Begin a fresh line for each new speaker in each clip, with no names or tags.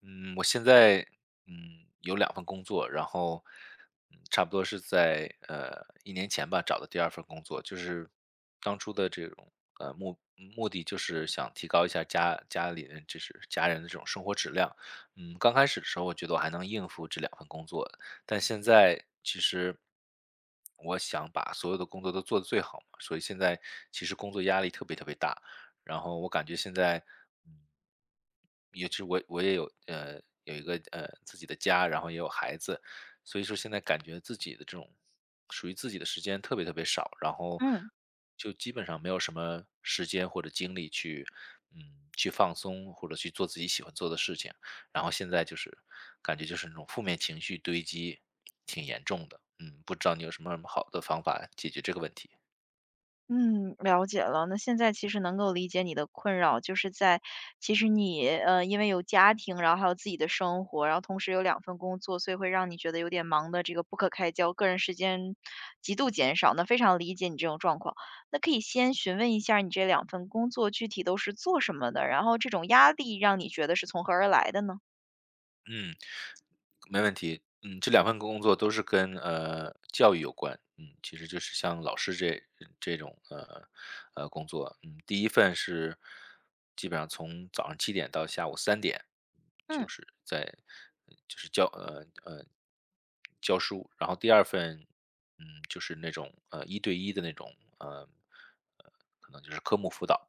嗯，我现在有两份工作，然后差不多是在一年前吧找的第二份工作，就是当初的这种目的就是想提高一下家里人就是家人的这种生活质量。嗯，刚开始的时候我觉得我还能应付这两份工作，但现在其实我想把所有的工作都做得最好嘛，所以现在其实工作压力特别特别大。然后我感觉现在，嗯，也是我也有有一个自己的家，然后也有孩子，所以说现在感觉自己的这种属于自己的时间特别特别少，然后
嗯
就基本上没有什么时间或者精力去去放松或者去做自己喜欢做的事情，然后现在就是感觉就是那种负面情绪堆积挺严重的，嗯，不知道你有什么好的方法解决这个问题？
嗯，了解了。那现在其实能够理解你的困扰，就是在其实你因为有家庭，然后还有自己的生活，然后同时有两份工作，所以会让你觉得有点忙的这个不可开交，个人时间极度减少。那非常理解你这种状况。那可以先询问一下儿你这两份工作具体都是做什么的，然后这种压力让你觉得是从何而来的呢？
嗯。没问题，嗯，这两份工作都是跟教育有关，嗯，其实就是像老师这种工作，嗯，第一份是基本上从早上7点到下午3点，就
嗯，
是在就是教教书，然后第二份就是那种一对一的那种呃可能就是科目辅导，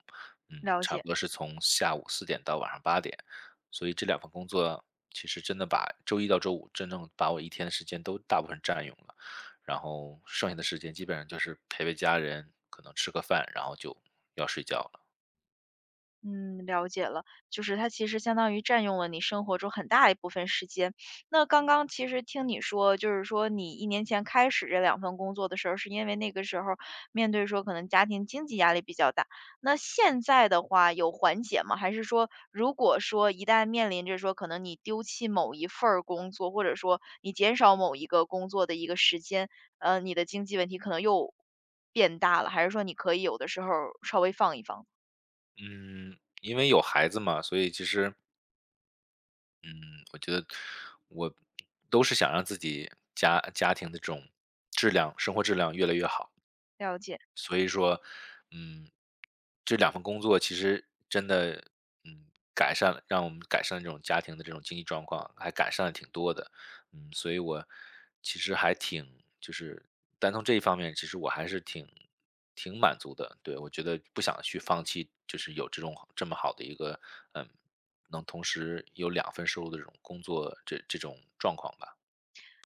嗯，
了
差
解。
不多是从下午4点到晚上8点，所以这两份工作其实真的把周一到周五真正把我一天的时间都大部分占用了，然后剩下的时间基本上就是陪家人，可能吃个饭，然后就要睡觉了。
嗯，了解了，就是它其实相当于占用了你生活中很大一部分时间。那刚刚其实听你说，就是说你一年前开始这两份工作的时候，是因为那个时候面对说可能家庭经济压力比较大。那现在的话有缓解吗？还是说如果说一旦面临着说可能你丢弃某一份儿工作，或者说你减少某一个工作的一个时间，你的经济问题可能又变大了，还是说你可以有的时候稍微放一放？
嗯，因为有孩子嘛，所以其实，嗯，我觉得我都是想让自己家庭的这种生活质量越来越好。
了解。
所以说，嗯，这两份工作其实真的，嗯，改善了让我们改善了这种家庭的这种经济状况，还改善了挺多的。嗯，所以我其实还挺就是单从这一方面，其实我还是挺满足的。对，我觉得不想去放弃，就是有这种这么好的一个，嗯，能同时有两份收入的这种工作，这种状况吧。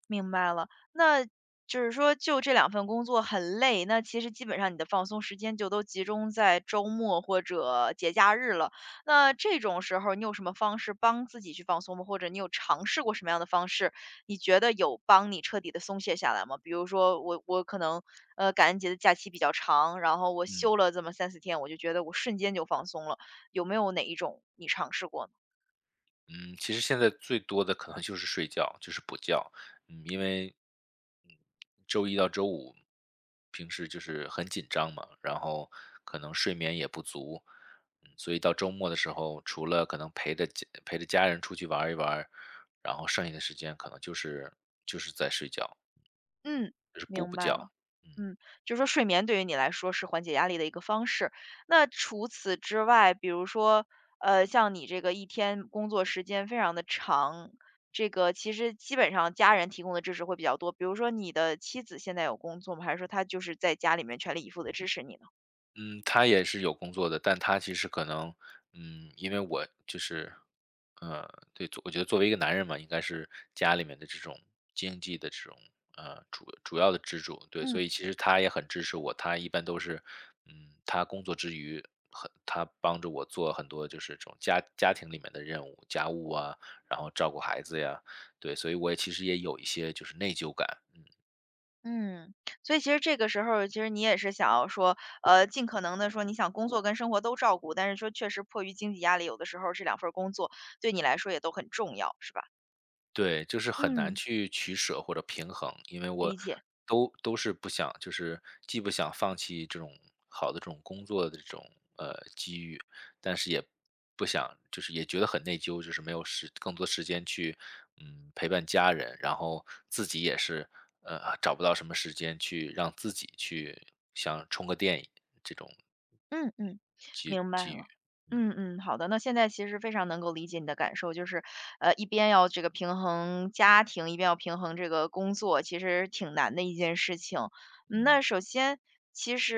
明白了，那就是说就这两份工作很累，那其实基本上你的放松时间就都集中在周末或者节假日了。那这种时候你有什么方式帮自己去放松吗？或者你有尝试过什么样的方式，你觉得有帮你彻底的松懈下来吗？比如说我可能，感恩节的假期比较长，然后我
嗯。
休了这么三四天，我就觉得我瞬间就放松了，有没有哪一种你尝试过呢
嗯，其实现在最多的可能就是睡觉，就是补觉。嗯，因为，嗯，周一到周五，平时就是很紧张嘛，然后可能睡眠也不足，嗯，所以到周末的时候，除了可能陪着家人出去玩儿一玩儿然后剩下的时间可能就是就是在睡觉，
嗯，
就是补
明
补
白
觉。
了。
嗯。
嗯，就是说睡眠对于你来说是缓解压力的一个方式。那除此之外，比如说，像你这个一天工作时间非常的长，这个其实基本上家人提供的支持会比较多。比如说，你的妻子现在有工作吗？还是说她就是在家里面全力以赴的支持你呢？
嗯，他也是有工作的，但他其实可能，嗯，因为我就是，呃，对，我觉得作为一个男人嘛，应该是家里面的这种经济的这种主要的支柱，对，
嗯。
所以其实他也很支持我，他一般都是，嗯，他工作之余他帮着我做很多就是这种家庭里面的任务，家务啊，然后照顾孩子呀，对，所以我也其实也有一些就是内疚感，嗯。
嗯，所以其实这个时候其实你也是想要说，尽可能的说你想工作跟生活都照顾，但是说确实迫于经济压力，有的时候这两份儿工作对你来说也都很重要，是吧？
对，就是很难
嗯。
去取舍或者平衡，因为
理
我
解，
都是不想，就是既不想放弃这种好的这种工作的这种机遇，但是也不想，就是也觉得很内疚，就是没有更多时间去陪伴家人，然后自己也是找不到什么时间去让自己去想充个电这种
嗯嗯，
机
明白
机遇，
了。好的，那现在其实非常能够理解你的感受，就是，一边要这个平衡家庭，一边要平衡这个工作，其实挺难的一件事情。嗯
嗯
那首先其实，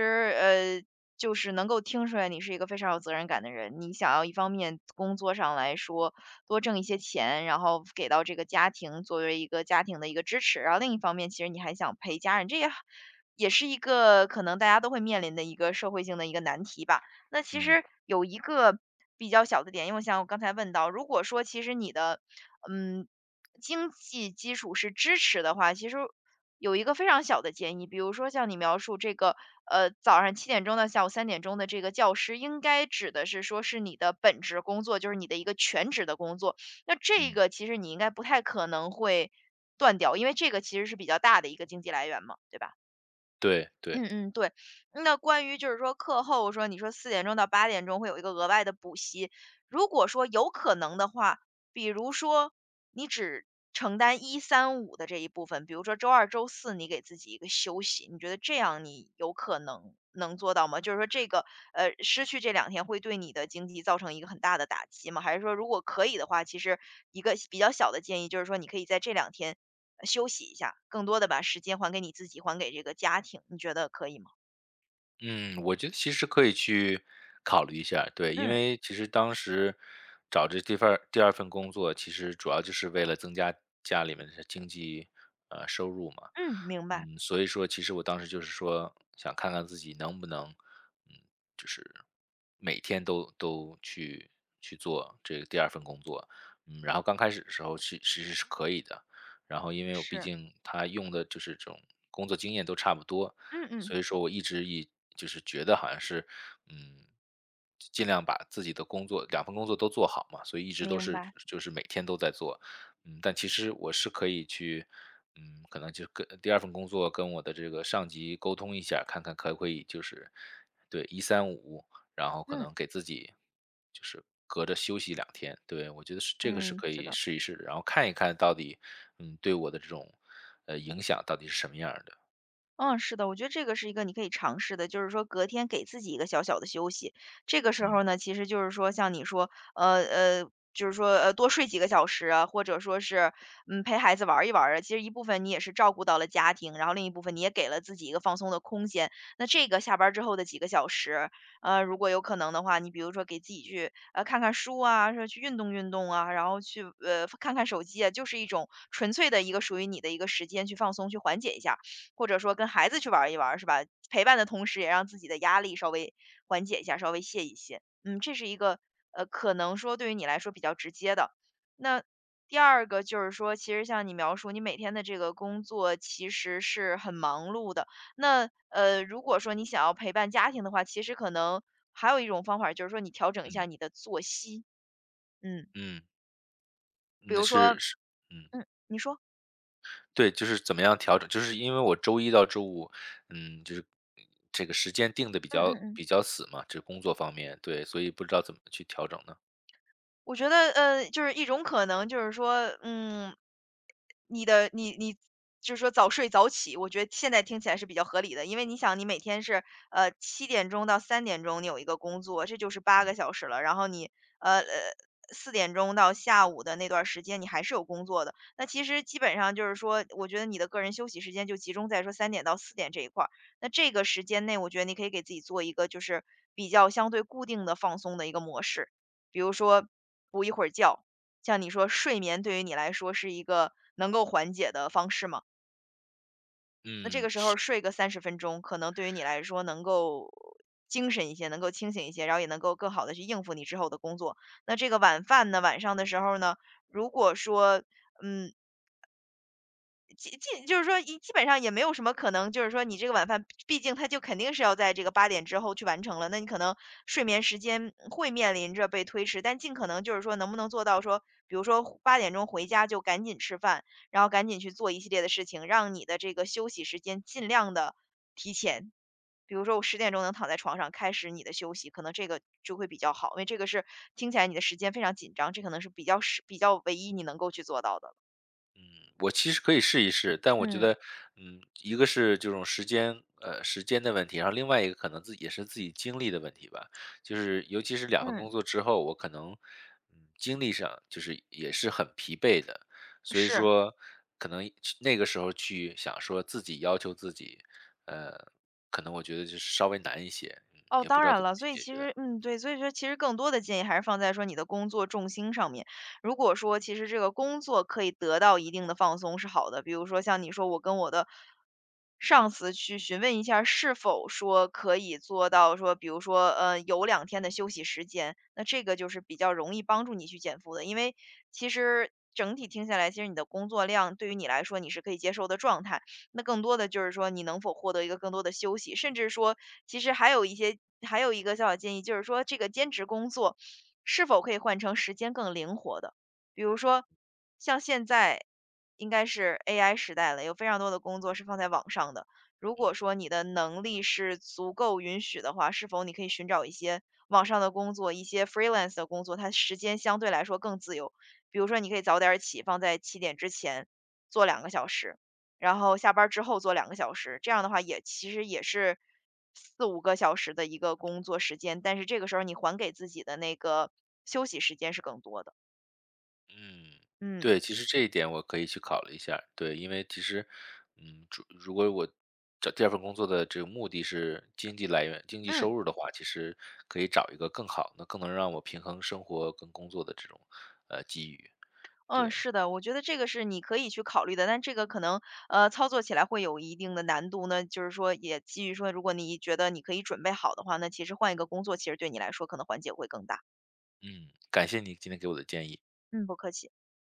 就是能够听出来你是一个非常有责任感的人。你想要一方面工作上来说多挣一些钱，然后给到这个家庭作为一个家庭的一个支持，然后另一方面其实你还想陪家人，这也也是一个可能大家都会面临的一个社会性的一个难题吧。那其
嗯
实有一个比较小的点，因为像我刚才问到，如果说其实你的嗯经济基础是支持的话，其实有一个非常小的建议，比如说像你描述这个，早上七点钟到下午三点钟的这个教师，应该指的是说是你的本职工作，就是你的一个全职的工作。那这
嗯，
个其实你应该不太可能会断掉，因为这个其实是比较大的一个经济来源嘛，对吧？
对对。
嗯，对。那关于就是说课后说，你说四点钟到八点钟会有一个额外的补习，如果说有可能的话，比如说你只承担一三五的这一部分，比如说周二、周四你给自己一个休息，你觉得这样你有可能能做到吗？就是说这个失去这两天会对你的经济造成一个很大的打击吗？还是说如果可以的话，其实一个比较小的建议就是说，你可以在这两天休息一下，更多的把时间还给你自己，还给这个家庭，你觉得可以吗？
嗯，我觉得其实可以去考虑一下儿对，因
嗯
为其实当时找这第份第二份工作，其实主要就是为了增加家里面的经济收入嘛，
嗯，明白，
嗯，所以说其实我当时就是说想看看自己能不能，嗯，每天都去去做这个第二份工作。嗯，然后刚开始的时候是其实是可以的，然后因为我毕
是，
竟他用的就是这种工作经验都差不多，
嗯嗯，
所以说我一直以就是觉得好像是，嗯，尽量把自己的工作两份工作都做好嘛，所以一直都
明
是
白，
就是每天都在做。嗯，但其实我是可以去，嗯，可能就跟第二份工作跟我的这个上级沟通一下，看看可不可以就是对一三五。然后可
嗯。
能给自己就是隔着休息2天，对，我觉得是这个是
嗯，
可
是
以
的。
试一试的，然后看一看到底，嗯，对我的这种，呃，影响到底是什么样儿的。
嗯，是的，我觉得这个是一个你可以尝试的，就是说隔天给自己一个小小的休息。这个时
嗯，
候呢，其实就是说像你说，呃呃，就是说多睡几个小时啊，或者说是陪孩子玩儿一玩儿啊。其实一部分你也是照顾到了家庭，然后另一部分你也给了自己一个放松的空间。那这个下班儿之后的几个小时，如果有可能的话，你比如说给自己去看看书啊，说去运动运动啊，然后去看看手机啊，就是一种纯粹的一个属于你的一个时间去放松，去缓解一下。或者说跟孩子去玩儿一玩儿，是吧？陪伴的同时，也让自己的压力稍微缓解一下，稍微泄一泄。嗯，这是一个可能说对于你来说比较直接的。那第二个就是说，其实像你描述，你每天的这个工作其实是很忙碌的。那如果说你想要陪伴家庭的话，其实可能还有一种方法，就是说你调整一下你的作息。嗯，
嗯，
比
那
如说，
是是嗯，
嗯，你说，
对，就是怎么样调整，就是因为我周一到周五，嗯，就是这个时间定的
嗯嗯嗯。
比较死嘛，这工作方面，对，所以不知道怎么去调整呢。
我觉得，就是一种可能，就是说，嗯，你的你你就是说早睡早起，我觉得现在听起来是比较合理的，因为你想，你每天是七点钟到三点钟你有一个工作，这就是八个小时了，然后你呃呃四点钟到下午的那段时间你还是有工作的，那其实基本上就是说，我觉得你的个人休息时间就集中在说三点到四点这一块儿，那这个时间内，我觉得你可以给自己做一个就是比较相对固定的放松的一个模式。比如说补一会儿觉，像你说睡眠对于你来说是一个能够缓解的方式嘛，那这个
嗯，
时候
是。
睡个三十分钟，可能对于你来说能够精神一些，能够清醒一些，然后也能够更好的去应付你之后的工作。那这个晚饭呢，晚上的时候呢，如果说，嗯，基就是说基本上也没有什么可能，就是说你这个晚饭，毕竟他就肯定是要在这个八点之后去完成了，那你可能睡眠时间会面临着被推迟，但尽可能就是说能不能做到说，比如说八点钟回家就赶紧吃饭，然后赶紧去做一系列的事情，让你的这个休息时间尽量的提前。比如说我十点钟能躺在床上开始你的休息，可能这个就会比较好，因为这个是听起来你的时间非常紧张，这可能是比较唯一你能够去做到的了
我其实可以试一试，但我觉
嗯，
得，嗯，一个是这种时间，时间的问题，然后另外一个可能自己也是自己精力的问题吧。就是尤其是两份工
嗯，
作之后，我可能，嗯，精力上就是也是很疲惫的，所以
是。
说可能那个时候去想说自己要求自己，呃，可能我觉得就是稍微难一些，嗯，
哦，
也不
当
知道
然
怎么
了，
去
所以
解
其
决
实
的。
嗯，对，所以说其实更多的建议还是放在说你的工作重心上面。如果说其实这个工作可以得到一定的放松是好的，比如说像你说我跟我的上司去询问一下儿是否说可以做到说，比如说有两天的休息时间，那这个就是比较容易帮助你去减负的，因为其实整体听下来，其实你的工作量对于你来说你是可以接受的状态。那更多的就是说你能否获得一个更多的休息，甚至说其实还有一些还有一个小小建议，就是说这个兼职工作是否可以换成时间更灵活的，比如说像现在应该是 AI 时代了，有非常多的工作是放在网上的。如果说你的能力是足够允许的话，是否你可以寻找一些网上的工作，一些 freelance 的工作，它时间相对来说更自由。比如说，你可以早点儿起，放在七点之前做两个小时，然后下班儿之后做两个小时，这样的话也其实也是四五个小时的一个工作时间，但是这个时候你还给自己的那个休息时间是更多的。
嗯，
嗯，
对，其实这一点我可以去考虑一下儿对，因为其实，嗯，如果我找第二份工作的这个目的是经济来源、经济
嗯，
收入的话，其实可以找一个更好那更能让我平衡生活跟工作的这种机遇。
嗯，
对，
是的，我觉得这个是你可以去考虑的，但这个可能，操作起来会有一定的难度呢，就是说也基于说如果你觉得你可以准备好的话，那其实换一个工作，其实对你来说可能缓解会更大。
嗯，感谢你今天给我的建议。
嗯，不客气。